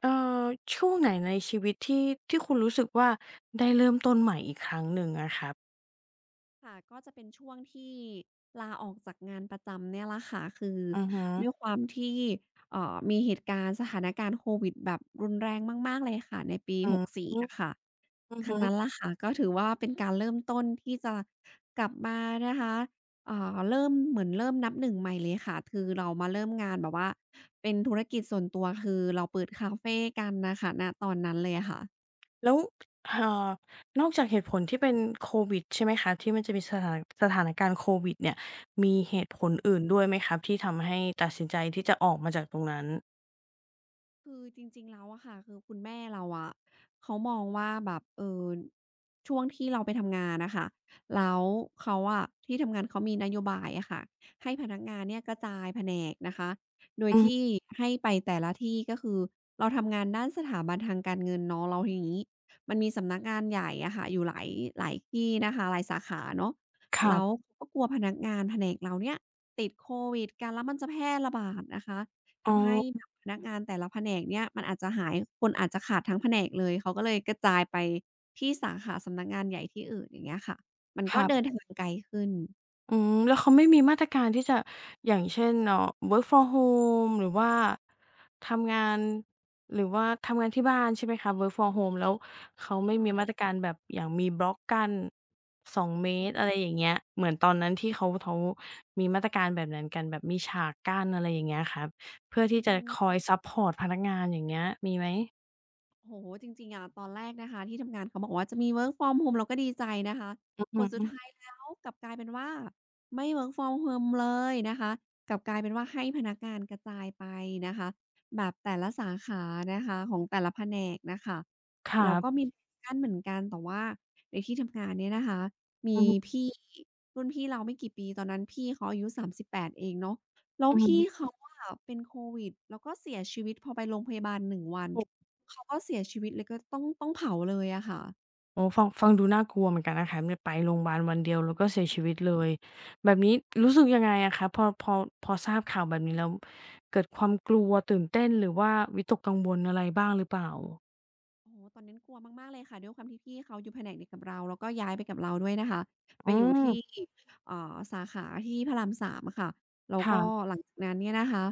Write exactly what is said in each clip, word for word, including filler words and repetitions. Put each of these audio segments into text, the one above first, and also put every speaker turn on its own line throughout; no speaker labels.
เอ่อช่วงไหนในชีวิตที่ที่คุณรู้สึกว่าได้เริ่มต้นใหม่อีกครั้งหนึ่งอะครับ
ค่ะก็จะเป็นช่วงที่ลาออกจากงานประจำเนี่ยล่ละค่ะคือ
อือฮึ
ด้วยความที่เอ่อมีเหตุการณ์สถานการณ์โควิดแบบรุนแรงมากๆเลยค่ะในปี
อื
6
อ
่
ฮึ
อะค่ะ
อือ
ครั้
ฮึ
งนั้นล่ะค่ะก็ถือว่าเป็นการเริ่มต้นที่จะกลับมานะคะเอ่อเริ่มเหมือนเริ่มนับหนึ่งใหม่เลยค่ะคือเรามาเริ่มงานแบบว่าเป็นธุรกิจส่วนตัวคือเราเปิดคาเฟกันน่ะค่ะณตอนนั้นเลยอะค่ะ
แล้วเอ่อนอกจากเหตุผลที่เป็นโควิดใช่ไหมคะที่มันจะมีสถานสถานการณ์โควิดเนี่ยมีเหตุผลอื่นด้วยไหมครับที่ทำให้ตัดสินใจที่จะออกมาจากตรงนั้น
คือจริงๆแล้วอะค่ะคือคุณแม่เราอะเขามองว่าแบบเอ่อช่วงที่เราไปทำงานน่ะค่ะแล้วเขาอะที่ทำงานเขามีนโยบายอะค่ะให้พนักงานเนี่ยกระจายแผนกนะคะโดย
อื
ที่
ม
ให้ไปแต่ละที่ก็คือเราทำงานด้านสถาบันทางการเงินเนาะแล้วทีนี้มันมีสำนักงานใหญ่อะค่ะอยู่หลายหลายที่นะคะหลายสาขาเนาะ
ครั
แล้ว
บ
เขาก็กลัวพนักงานแผนกเราเนี่ยติดโควิดกันแล้วมันจะแพร่ระบาดนะคะ
อ๋
ทำให้แบ
อ
บพนักงานแต่ละแผนกเนี่ยมันอาจจะหายคนอาจจะขาดทั้งแผนกเลยเขาก็เลยกระจายไปที่สาขาสำนักงานใหญ่ที่อื่นอย่างเงี้ยค่ะมัน
ค
ก็
รั
เดิน
บ
ทางไกลขึ้น
อืมแล้วเขาไม่มีมาตรการที่จะอย่างเช่นเอ่อ work from home หรือว่าทำงาน หรือว่าทำงานที่บ้านใช่ไหมคะ work from home แล้วเขาไม่
ค่ะ
มีมาตรการแบบอย่างมีบล็อกกั้นสองเม
อือ
ตร
ฮึ
อะไรอย่างเงี้ยเหมือนตอนนั้นที่เขาเขามีมาตรการแบบนั้นกันแบบมีฉากกั้นอะไรอย่างเงี้ยครับเพื่อที่จะคอยซัปพอร์ตพนักงานอย่างเงี้ยมีไหม
โอ้โฮจริงๆอะตอนแรกนะคะที่ทำงานเขาบอกว่าจะมี work from home เราก็ดีใจนะคะผ
อื
ล
อ
สุด
ฮึ
ท้ายแล้วกลับกลายเป็นว่าไม่ work from home เลยนะคะกลับกลายเป็นว่าให้พนักงานกระจายไปนะคะแบบแต่ละสาขานะคะของแต่ละแผนกน่ะค่ะ
ครั
แล้วก็
บ
มีกั้นเหมือนกันแต่ว่าในที่ทำงานเนี่ยนะคะมี
อือฮึ
พี่รุ่นพี่เราไม่กี่ปีตอนนั้นพี่เขาอายุสามสิบแปดเองเนาะแล้ว
อือฮึ
พี่เขาอะเป็นโควิดแล้วก็เสียชีวิตพอไปโรงพยาบาลหนึ่งวัน เขาก็เสียชีวิตเลยก็ต้องต้องเผาเลยอะค่ะ
โอ้ฟังฟังดูน่ากลัวเหมือนกันนะคะเนี่ยไปโรงพยาบาลวันเดียวแล้วก็เสียชีวิตเลยแบบนี้รู้สึกยังไงอะคะพอพอพอทราบข่าวแบบนี้แล้วเกิดความกลัวตื่นเต้นหรือว่าวิตกกังวลอะไรบ้างหรือเปล่า
โอ้โฮตอนนั้นกลัวมากๆเลยค่ะด้วยความที่พี่เขาอยู่แผนกเดียวกับเราแล้วก็ย้ายไปกับเราด้วยนะคะไป
อื
อยู่ที่
ม
เอ่อสาขาที่พระรามสามอะค่ะแล้วก็
ค่ะ
หลังจากนั้นเนี่ยนะคะ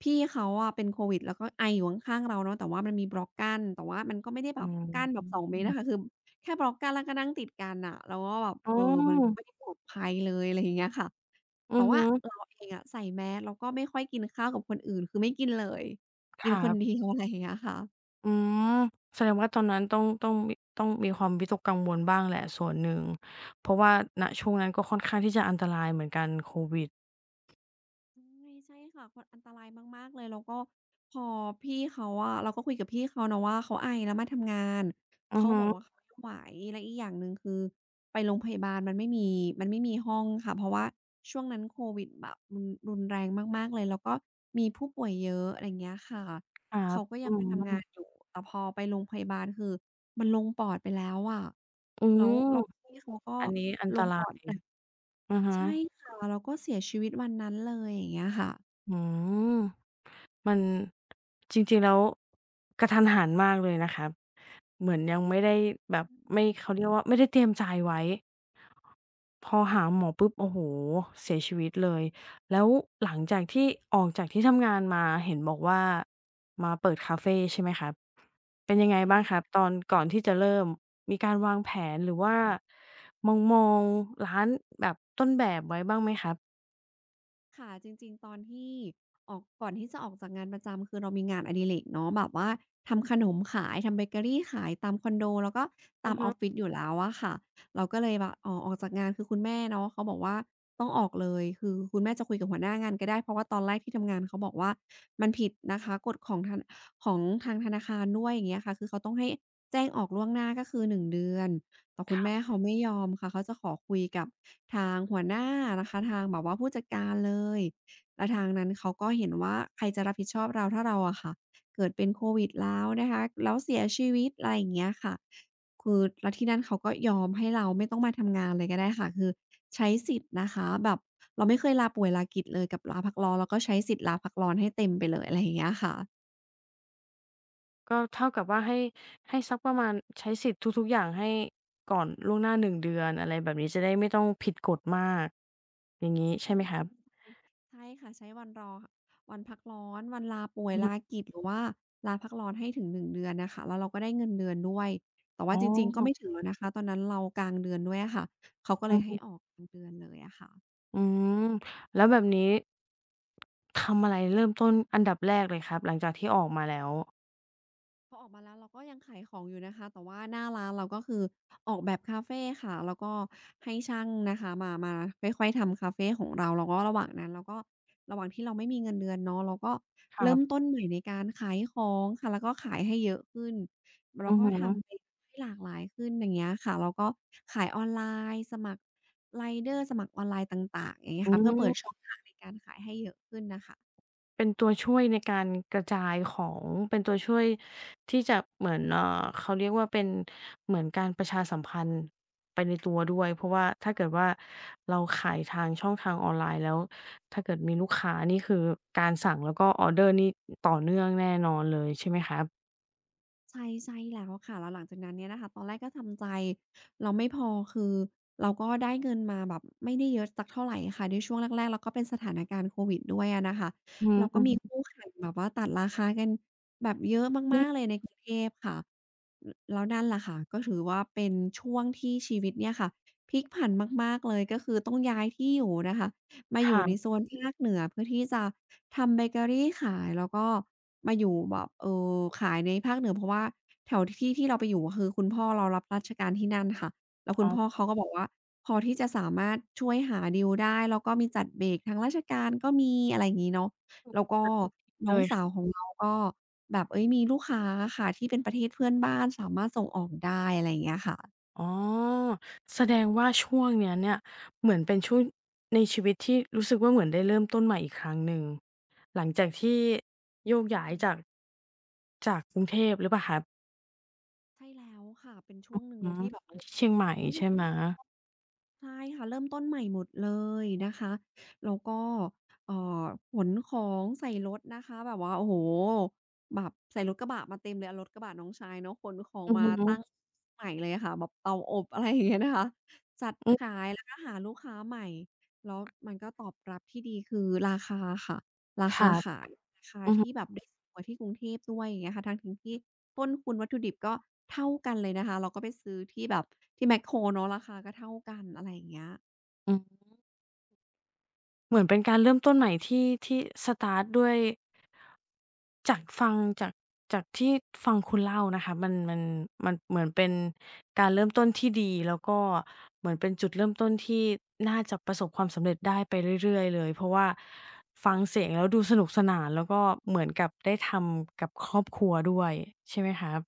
พี่เขาอะเป็นโควิดแล้วก็ไออยู่ข้างๆเราเนาะแต่ว่ามันมีบล็อกกั้นแต่ว่ามันก็ไม่ได้แบ
อื
บกั้นแบบสองเม
ม
ตรอะค่ะคือแค่บล็อกกั้นแล้วก็นั่งติดกันน่ะเราก็แบบ
อ๋
เออมันก็
อ
ไม่ได้ปลอดภัยเลยอะไรอย่างเงี้ยค่ะ
อื
แต่
อ
ว่า
ฮึ
เราเองอะใส่แมสแล้วก็ไม่ค่อยกินข้าวกับคนอื่นคือไม่กินเลย
ค
กิน
รั
คนเดี
บ
ยว อะไรอย่างเงี้ยค่ะ
อืมแสดงว่าตอนนั้นต้องต้องมีต้องมีความวิตกกังวลบ้างแหละส่วนหนึ่งเพราะว่าณช่วงนั้นก็ค่อนข้างที่จะอันตรายเหมือนกันโควิด
ใช่ใช่ค่ะมันอันตรายมากๆเลยแล้วก็พอพี่เขาอะเราก็คุยกับพี่เขาเนาะว่าเขาไอแล้วมาทำงาน
อือ
เขา
ฮึ
บอกว่าเขาไม่ไหวและอีกอย่างหนึ่งคือไปโรงพยาบาลมันไม่มีมันไม่มีห้องค่ะเพราะว่าช่วงนั้นโควิดแบบรุนรุนแรงมากๆเลยแล้วก็มีผู้ป่วยเยอะอะไรอย่างเงี้ยค่ะ
ครั
เขา
บ
ก็ยั
อื
งมาทำงานอ
ม
ยู่แต่พอไปโรงพยาบาลคือมันลงปอดไปแล้วอะ
อื
แล้ว
ม
แล้วพี่เขาก็
อันนี้อัน
ล
ต
ง
รา
ปอด
ย
หนัก
อือฮึ
ใช่ค่ะแล้วก็เสียชีวิตวันนั้นเลยอย่างเงี้ยค่ะ
อืมมันจริงๆแล้วกะทันหันมากเลยนะครับเหมือนยังไม่ได้แบ
อื
บไม่เขา
ม
เรียกว่าไม่ได้เตรียมใจไว้พอหาหมอปุ๊บโอ้โฮเสียชีวิตเลยแล้วหลังจากที่ออกจากที่ทำงานมาเห็นบอกว่ามาเปิดคาเฟใช่ไหมครับเป็นยังไง
ใช่
บ้างครับต
ค่
อนก่อนที่จะเริ่มมีการวางแผ
ะ
นหรือว่ามองๆร้านแบบต้นแบบไว้บ้างไหมครับ
ค่ะจริงๆตอนที่ออกก่อนที่จะออกจากงานประจำคือเรามีงานอดิเรกเนาะแบบว่าทำขนมขายทำเบเกอรีขายตามคอนโดแล้วก็
อื
ตาม
อ
อ
ฮึ
อฟฟิศอยู่แล้วอะค่ะเราก็เลยแบบอ๋อออกจากงานคือคุณแม่เนาะเขาบอกว่าต้องออกเลยคือคุณแม่จะคุยกับหัวหน้างานก็ได้เพราะว่าตอนแรกที่ทำงานเขาบอกว่ามันผิดนะคะกฎของทางของทางธนาคารด้วยอย่างเงี้ยค่ะคือเขาต้องให้แจ้งออกล่วงหน้าก็คือหนึ่งเดือน แต่คุณแม่เขาไม่ยอมค่ะเขาจะขอคุยกับทางหัวหน้านะคะทางแบบว่าผู้จัดการเลยแล้วทางนั้นเขาก็เห็นว่าใครจะรับผิดชอบเราถ้าเราอะค่ะเกิดเป็นโควิดแล้วนะคะแล้วเสียชีวิตอะไรอย่างเงี้ยค่ะคือแล้วที่นั่นเขาก็ยอมให้เราไม่ต้องมาทำงานเลยก็ได้ค่ะคือใช้สิทธิ์นะคะแบบเราไม่เคยลาป่วยลากิจเลยกับลาพักร้อนเราก็ใช้สิทธิ์ลาพักร้อนให้เต็มไปเลยอะไรอย่างเงี้ยค่ะ
ก็เท่ากับว่าให้ให้สักประมาณใช้สิทธิ์ทุกๆอย่างให้ก่อนล่วงหน้าหนึ่งเดือนอะไรแบบนี้จะได้ไม่ต้องผิดกฎมากอย่างงี้
ใช่
ใช่ไหมครับ
ใช่ค่ะใช้วันรอวันพักร้อนวันลาป่วย
อื
ลา
ม
กิจหรือว่าลาพักร้อนให้ถึงหนึ่งเดือนน่ะค่ะแล้วเราก็ได้เงินเดือนด้วยแต่
อ๋
ว่าจริงๆก็ไม่ถึ
อ
งแล้วนะคะตอนนั้นเรากลางเดือนด้วยอะค่ะเขาก็เล
อื
ย
อ
ให้อ
ฮึ
อกกลางเดือนเลยอะค่ะ
อืมแล้วแบบนี้ทำอะไรเริ่มต้นอันดับแรกเลยครับหลังจากที่ออกมาแล้ว
พอออกมาแล้วเราก็ยังขายของอยู่นะคะแต่ว่าหน้าร้านเราก็คือออกแบบคาเฟค่ะแล้วก็ให้ช่างนะคะมามาค่อยๆทำคาเฟของเราแล้วก็ระหว่างนั้นเราก็ระหว่างที่เราไม่มีเงินเดือนเนาะเราก็
ครั
เริ่ม
บ
ต้นใหม่ในการขายของค่ะแล้วก็ขายให้เยอะขึ้นแล้
อื
ว
อ
ก็
ฮึ
ทำให้ให้หลากหลายขึ้นอย่างเงี้ยค่ะแล้วก็ขายออนไลน์สมัครไรเดอร์สมัครออนไลน์ต่างๆอย่างเงี้ย
อื
ค่ะเพื่อเปิด
ม
ช่องทางในการขายให้เยอะขึ้นน่ะค่ะ
เป็นตัวช่วยในการกระจายของเป็นตัวช่วยที่จะเหมือนเอ่อเขาเรียกว่าเป็นเหมือนการประชาสัมพันธ์ไปในตัวด้วยเพราะว่าถ้าเกิดว่าเราขายทางช่องทางออนไลน์แล้วถ้าเกิดมีลูกค้านี่คือการสั่งแล้วก็ออร์เดอร์นี่ต่อเนื่องแน่นอนเลยใช่ไหมคะ
ใช่ใช่แล้วค่ะแล้วหลังจากนั้นเนี่ยนะคะตอนแรกก็ทำใจเราไม่พอคือเราก็ได้เงินมาแบบไม่ได้เยอะสักเท่าไรค่ะในช่วงแรกๆแล้วก็เป็นสถานการณ์โควิดด้วยอะนะคะ
อื
เราก็มี
ม
คู่แข่งแบบว่าตัดราคากันแบบเยอะ
ๆ
มากๆเล
นี่
ยในกรุงเทพค่ะลแล้วนั่นแหละค่ะก็ถือว่าเป็นช่วงที่ชีวิตเนี่ยค่ะพลิกผันมากๆเลยก็คือต้องย้ายที่อยู่นะคะ มาอยู่ในโซ
ค่ะ
นภาคเหนือเพื่อที่จะทำเบเกอรีขายแล้วก็มาอยู่แบบเอ่อขายในภาคเหนือเพราะว่าแถวที่ที่เราไปอยู่คือคุณพ่อเรารับราชการที่นั่นค่ะแล้วคุ
อ๋
ณพ่อ
อ
เขาก็บอกว่าพอที่จะสามารถช่วยหาดีลได้แล้วก็มีจัดเบรกทางราชการก็มีอะไรอย่างงี้เนาะแล้วก็น้
เล
องสาว
ย
ของเราก็แบบเฮ้ยมีลูกค้าอะค่ะที่เป็นประเทศเพื่อนบ้านสามารถส่งออกได้อะไรอย่างเงี้ยค่ะ
อ๋อแสดงว่าช่วงเนี้ยเนี่ยเหมือนเป็นช่วงในชีวิตที่รู้สึกว่าเหมือนได้เริ่มต้นใหม่อีกครั้งหนึ่งหลังจากที่โยกย้ายจากจากกรุงเทพหรือเปล่าครับ
ใช่แล้วค่ะเป็นช่วงหนึ่ง
อื
เล
อ
ย
ฮึ
ที่แบบโอ้โฮ
เชียงใหม่
ทุกอย่า
ใช่
ง
ไหม
ใช่ค่ะเริ่มต้นใหม่หมดเลยนะคะแล้วก็เอ่อขนของใส่รถนะคะแบบว่าโอ้โฮแบบใส่รถกระบะมาเต็มเลยเอารถกระบะน้องชายเนาะขนของ
อือ
มา
ฮึ
ตั้งใหม่เลยอะค่ะแบบเตาอบ อะไรอย่างเงี้ยนะคะจัด
อือ
ขายแล้วก็หาลูกค้าใหม่แล้วมันก็ตอบรับที่ดีคือราคาค่ะรา
ครั
คา
บ
ขาย ราคา
อือ
ที่
ฮึ
แบบได้สูงกว่าที่กรุงเทพด้วยอย่างเงี้ยค่ะทั้งๆที่ต้นทุนวัตถุดิบก็เท่ากันเลยนะคะ เราก็ไปซื้อที่แบบที่แมคโครเนาะราคาก็เท่ากันอะไรอย่างเงี้ย
อือ เหมือนเป็นการเริ่มต้นใหม่ที่ที่สตาร์ตด้วยจากฟังจากจากที่ฟังคุณเล่านะคะมันมันมันเหมือนเป็นการเริ่มต้นที่ดีแล้วก็เหมือนเป็นจุดเริ่มต้นที่น่าจะประสบความสำเร็จได้ไปเรื่อยๆเลยเพราะว่าฟังเสียงแล้วดูสนุกสนานแล้วก็เหมือนกับได้ทำกับครอบครัวด้วยใช่ไหมครับ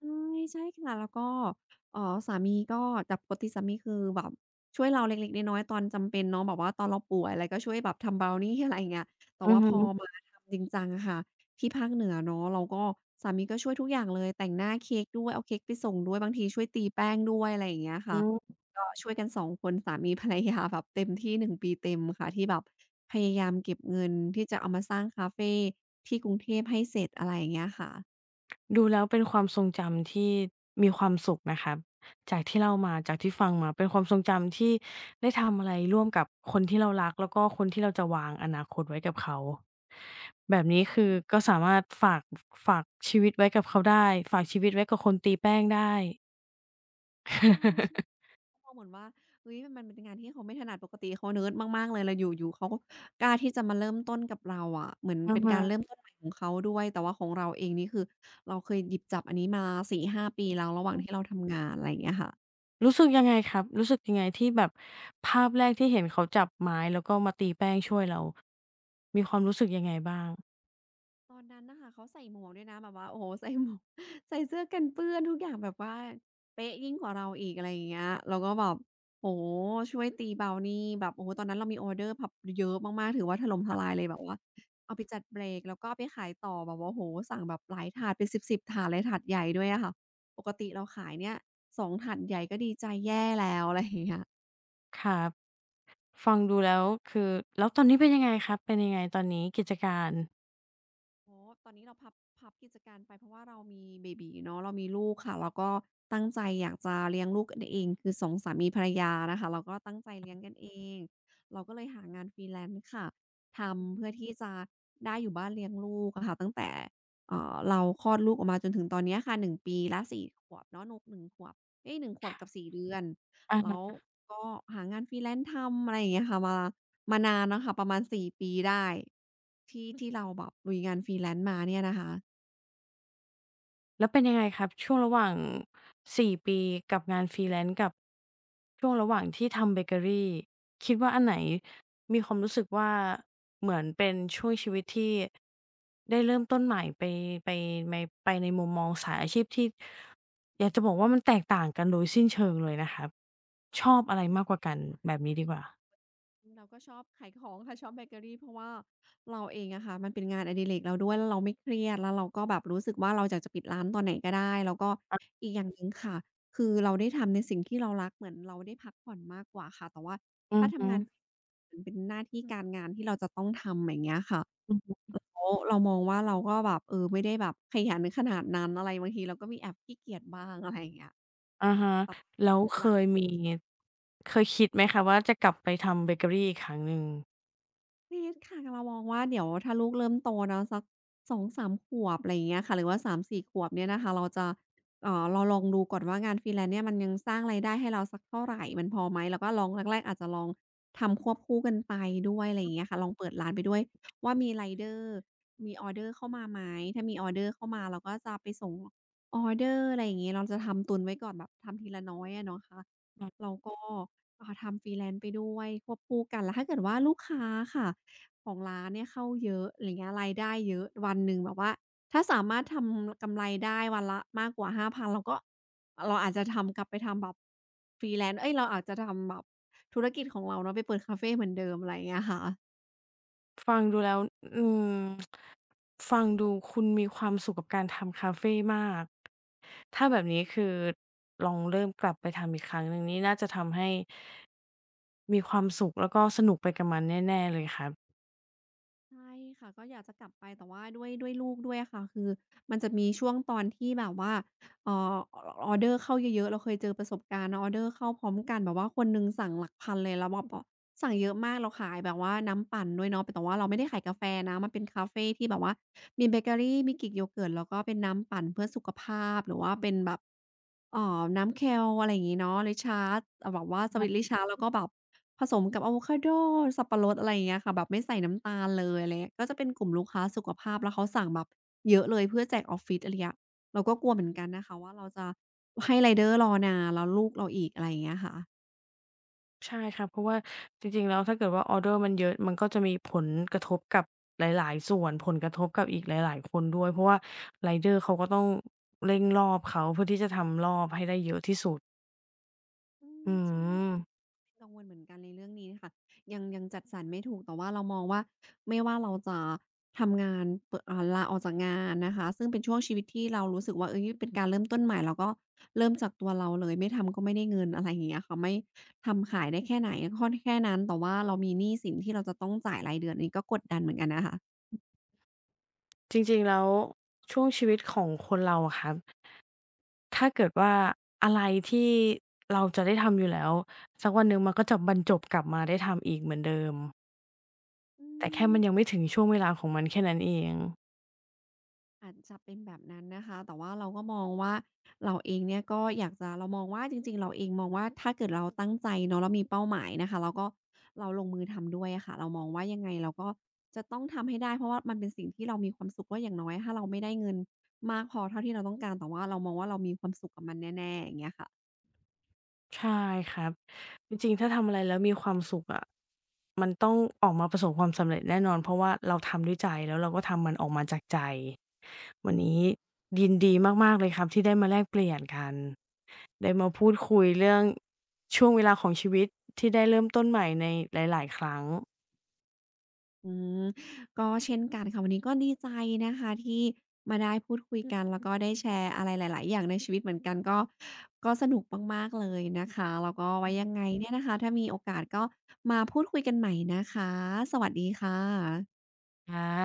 ใช่ใช่ค่ะแล้วก็เอ่อสามีก็แต่ปกติสามีคือแบบช่วยเราเล็กๆน้อยๆตอนจำเป็นเนาะแบบว่าตอนเราป่วยอะไรก็ช่วยแบบทำเบราวนีอะไรอย่างเงี้ยแต่
อือ
ว่าพ
ฮึ
อมาทำจริงจังอะค่ะที่ภาคเหนือเนาะเราก็สามีก็ช่วยทุกอย่างเลยแต่งหน้าเค้กด้วยเอาเค้กไปส่งด้วยบางทีช่วยตีแป้งด้วยอะไรอย่างเงี้ยค่ะ
อืม
ก็ช่วยกันสองคนสามีภรรยาแบบเต็มที่หนึ่งปีเต็มค่ะที่แบบพยายามเก็บเงินที่จะเอามาสร้างคาเฟที่กรุงเทพให้เสร็จอะไรอย่างเงี้ยค่ะ
ดูแล้วเป็นความทรงจำที่มีความสุขนะครับจากที่เล่ามาจากที่ฟังมาเป็นความทรงจำที่ได้ทำอะไรร่วมกับคนที่เรารักแล้วก็คนที่เราจะวางอนาคตไว้กับเขาแบบนี้คือก็สามารถฝากฝากชีวิตไว้กับเขาได้ฝากชีวิตไว้กับคนตีแป้งได้
ใช่ชมองเหมือนว่าเฮ้ยมันมันเป็นงานที่เขาไม่ถนัดปกติเขาเนิร์ดมากๆเลยแล้วอยู่ๆเขาก็กล้าที่จะมาเริ่มต้นกับเราอะเหมือน
อะ
เป็นการเริ่ม
ฮะ
ต้นใหม่ของเขาด้วยแต่ว่าของเราเองนี่คือเราเคยหยิบจับอันนี้มาสี่ถึงห้าปีแล้วระหว่างที่เราทำงานอะไรอย่างเงี้ยค่ะ
รู้สึกยังไงครับรู้สึกยังไงที่แบบภาพแรกที่เห็นเขาจับไม้แล้วก็มาตีแป้งช่วยเรามีความรู้สึกยังไงบ้าง
ตอนนั้นน่ะค่ะเขาใส่หมวกด้วยนะแบบว่าโอ้โฮใส่หมวก ใส่เสื้อกันเปื้อนทุกอย่างแบบว่าเป๊ะยิ่งกว่าเราอีกอะไรอย่างเงี้ยเราก็แบบโอ้โฮช่วยตีเบานี่แบบโอ้โฮตอนนั้นเรามีออร์เดอร์ผับเยอะมากๆถือว่าถล่มทลายเลยแบบว่าเอาไปจัดเบรกแล้วก็เอาไปขายต่อแบบว่าโอ้โฮสั่งแบบหลายถาดเป็นสิบๆถาดเลยถาดใหญ่ด้วยอะค่ะปกติเราขายเนี่ยสองถาดใหญ่ก็ดีใจแย่แล้วอะไรอย่างเงี้ย
ครับฟังดูแล้วคือแล้วตอนนี้เป็นยังไงครับเป็นยังไงตอนนี้กิจการ
โอ้ตอนนี้เราพับพับกิจการไปเพราะว่าเรามีเบบี๋เนาะเรามีลูกค่ะแล้วก็ตั้งใจอยากจะเลี้ยงลูกกันเองคือสองสามีภรรยานะคะเราก็ตั้งใจเลี้ยงกันเองเราก็เลยหางาน freelance ค่ะ ทำเพื่อที่จะได้อยู่บ้านเลี้ยงลูกอะค่ะตั้งแต่เอ่อเราคลอดลูกออกมาจนถึงตอนเนี้ยค่ะหนึ่งปีและสี่ขวบเนาะนุหนึ่งขวบเอ๊ยหนึ่งขวบ
ค่ะ
กับสี่เดือน
อะฮ
แล้ว
ะ
ก็หางาน freelance ทำอะไรอย่างเงี้ยค่ะมา มานานแล้วค่ะประมาณสี่ปีได้ที่ที่เราแบบลุยงาน freelance มาเนี่ยนะคะ
แล้วเป็นยังไงครับช่วงระหว่างสี่ปีกับงาน Freelance กับช่วงระหว่างที่ทำเบเกอรีคิดว่าอันไหนมีความรู้สึกว่าเหมือนเป็นช่วงชีวิตที่ได้เริ่มต้นใหม่ไปไปในไปในมุมมองสายอาชีพที่อยากจะบอกว่ามันแตกต่างกันโดยสิ้นเชิงเลยนะครับชอบอะไรมากกว่ากันแบบนี้ดีกว่า
เราก็ชอบขายของ ค่ะชอบเบเกอรีเพราะว่าเราเองอะค่ะมันเป็นงานอดิเรกเราด้วยแล้วเราไม่เครียดแล้วเราก็แบบรู้สึกว่าเราอยากจะปิดร้านตอนไหนก็ได้แล้วก็อีกอย่างหนึ่งค่ะคือเราได้ทำในสิ่งที่เรารักเหมือนเราได้พักผ่อนมากกว่าค่ะแต่ว่า
อื
ถ้า
อฮึ
ทำงานมันเป็นหน้าที่การงานที่เราจะต้องทำอย่างเงี้ยค่ะแ
อือ
ล้วเรามองว่าเราก็แบบเออไม่ได้แบบขยันขนาดนั้นอะไรบางทีเราก็มีแอบขี้เกียจบ้างอะไรอย่างเงี้ย
อะฮะแล้ว
เลิด
เค
ร้าน
ยมีเคยคิดไหมคะว่าจะกลับไปทำเบเกอรีอีกครั้งหนึ่ง
ปี๊ดค่ะเรามองว่าเดี๋ยวถ้าลูกเริ่มโตเนาะสักสองสามขวบอะไรอย่างเงี้ยค่ะหรือว่าสามสี่ขวบเนี่ยนะคะเราจะเอ่อเราลองดูก่อนว่างาน freelance เนี่ยมันยังสร้างรายได้ให้เราสักเท่าไรมันพอไหมแล้วก็ลองแรกๆอาจจะลองทำควบคู่กันไปด้วยอะไรอย่างเงี้ยค่ะลองเปิดร้านไปด้วยว่ามีไรเดอร์มีออร์เดอร์เข้ามาไหมถ้ามีออร์เดอร์เข้ามาเราก็จะไปส่งออร์เดอร์อะไรอย่างงี้เราจะทำตุนไว้ก่อนแบบทำทีละน้อยอะเนาะคะแล้วก็อ่าทำ freelance ไปด้วยควบคู่กันแล้วถ้าเกิดว่าลูกค้าค่ะ ของร้านเนี่ยเข้าเยอะอะไรเงี้ยรายได้เยอะวันหนึ่งแบบว่าถ้าสามารถทำกำไรได้วันละมากกว่าห้าพันเราก็เราอาจจะทำกลับไปทำแบบ Freelance เอ๊ยเราอาจจะทำแบบธุรกิจของเราเนาะไปเปิดคาเฟเหมือนเดิมอะไรเงี้ยค่ะ
ฟังดูแล้วอืมฟังดูคุณมีความสุขกับการทำคาเฟมากถ้าแบบนี้คือลองเริ่มกลับไปทำอีกครั้งหนึ่งนี่น่าจะทำให้มีความสุขแล้วก็สนุกไปกับมันแน่ๆเลยครับ
ใช่ค่ะก็อยากจะกลับไปแต่ว่าด้วยด้วยลูกด้วยอะค่ะคือมันจะมีช่วงตอนที่แบบว่าเอ่ออออเดอร์เข้าเยอะๆเราเคยเจอประสบการณ์เนาะออเดอร์เข้าพร้อมกันแบบว่าคนหนึ่งสั่งหลักพันเลยแล้วแบบบสั่งเยอะมากเราขายแบบว่าน้ำปั่นด้วยเนาะแต่ว่าเราไม่ได้ขายกาแฟนะมันเป็นคาเฟที่แบบว่ามีเบเกอรีมีกรีกโยเกิร์ตแล้วก็เป็นน้ำปั่นเพื่อสุขภาพหรือว่าเป็นแบบ อ๋อน้ำแคลอะไรอย่างงี้เนาะร i ชาร์ดอ่าแบบว่าสวีตร i ชา a r ดแล้วก็แบบผสมกับอะโวคาโดสับปะรดอะไรอย่างเงี้ยค่ะแบบไม่ใส่น้ำตาลเลยอะไรเงี้ยก็จะเป็นกลุ่มลูกค้าสุขภาพแล้วเขาสั่งแบบเยอะเลยเพื่อแจกออฟฟิศอะไรเงี้ยเราก็กลัวเหมือนกันนะคะว่าเราจะให้ไรเดอร์รอนานแล้วลูกเราอีกอะไรอย่างเงี้ยค่ะ
ใช่ค่ะเพราะว่าจริงๆแล้วถ้าเกิดว่าออร์เดอร์มันเยอะมันก็จะมีผลกระทบกับหลายๆส่วนผลกระทบกับอีกหลายๆคนด้วยเพราะว่าไรเดอร์เขาก็ต้องเร่งรอบเขาเพื่อที่จะทำรอบให้ได้เยอะที่สุด
อืม
อื
ใช่
ม
กังวลเหมือนกันในเรื่องนี้ค่ะยังยังจัดสรรไม่ถูกแต่ว่าเรามองว่าไม่ว่าเราจะทำงานเปอะอ่าลาออกจากงานนะคะซึ่งเป็นช่วงชีวิตที่เรารู้สึกว่าเฮ้ยเป็นการเริ่มต้นใหม่เราก็เริ่มจากตัวเราเลยไม่ทำก็ไม่ได้เงินอะไรอย่างเงี้ยค่ะไม่ทำขายได้แค่ไหนก็แค่นั้นแต่ว่าเรามีหนี้สินที่เราจะต้องจ่ายรายเดือนอันนี้ก็กดดันเหมือนกันนะคะ
จริงๆแล้วช่วงชีวิตของคนเราอะค่ะถ้าเกิดว่าอะไรที่เราจะได้ทำอยู่แล้วสักวันหนึ่งมันก็จะบรรจบกลับมาได้ทำอีกเหมือนเดิม
อื
แต่แค่
ม
มันยังไม่ถึงช่วงเวลาของมันแค่นั้นเอง
อาจจะเป็นแบบนั้นนะคะ แต่ว่าเราก็มองว่าเราเองเนี่ยก็อยากจะเรามองว่าจริงๆเราเองมองว่าถ้าเกิดเราตั้งใจเนาะแล้วมีเป้าหมายนะคะแล้วก็เราลงมือทำด้วยอะค่ะเรามองว่ายังไงเราก็จะต้องทำให้ได้เพราะว่ามันเป็นสิ่งที่เรามีความสุขว่าอย่างน้อยถ้าเราไม่ได้เงินมากพอเท่าที่เราต้องการแต่ว่าเรามองว่าเรามีความสุขกับมันแน่ๆอย่างเงี้ยค่ะ
ใช่ครับจริงๆถ้าทำอะไรแล้วมีความสุขอะมันต้องออกมาประสบความสำเร็จแน่นอนเพราะว่าเราทำด้วยใจแล้วเราก็ทำมันออกมาจากใจวันนี้ยินดีมากๆเลยครับที่ได้มาแลกเปลี่ยนกันได้มาพูดคุยเรื่องช่วงเวลาของชีวิตที่ได้เริ่มต้นใหม่ในหลายๆครั้ง
อืมก็เช่นกันค่ะวันนี้ก็ดีใจนะคะที่มาได้พูดคุยกันแล้วก็ได้แชร์อะไรหลายๆอย่างในชีวิตเหมือนกันก็ก็สนุกมากๆเลยนะคะแล้วก็ไว้ยังไงเนี่ยนะคะถ้ามีโอกาสก็มาพูดคุยกันใหม่นะคะสวัสดีค่ะ
ครับ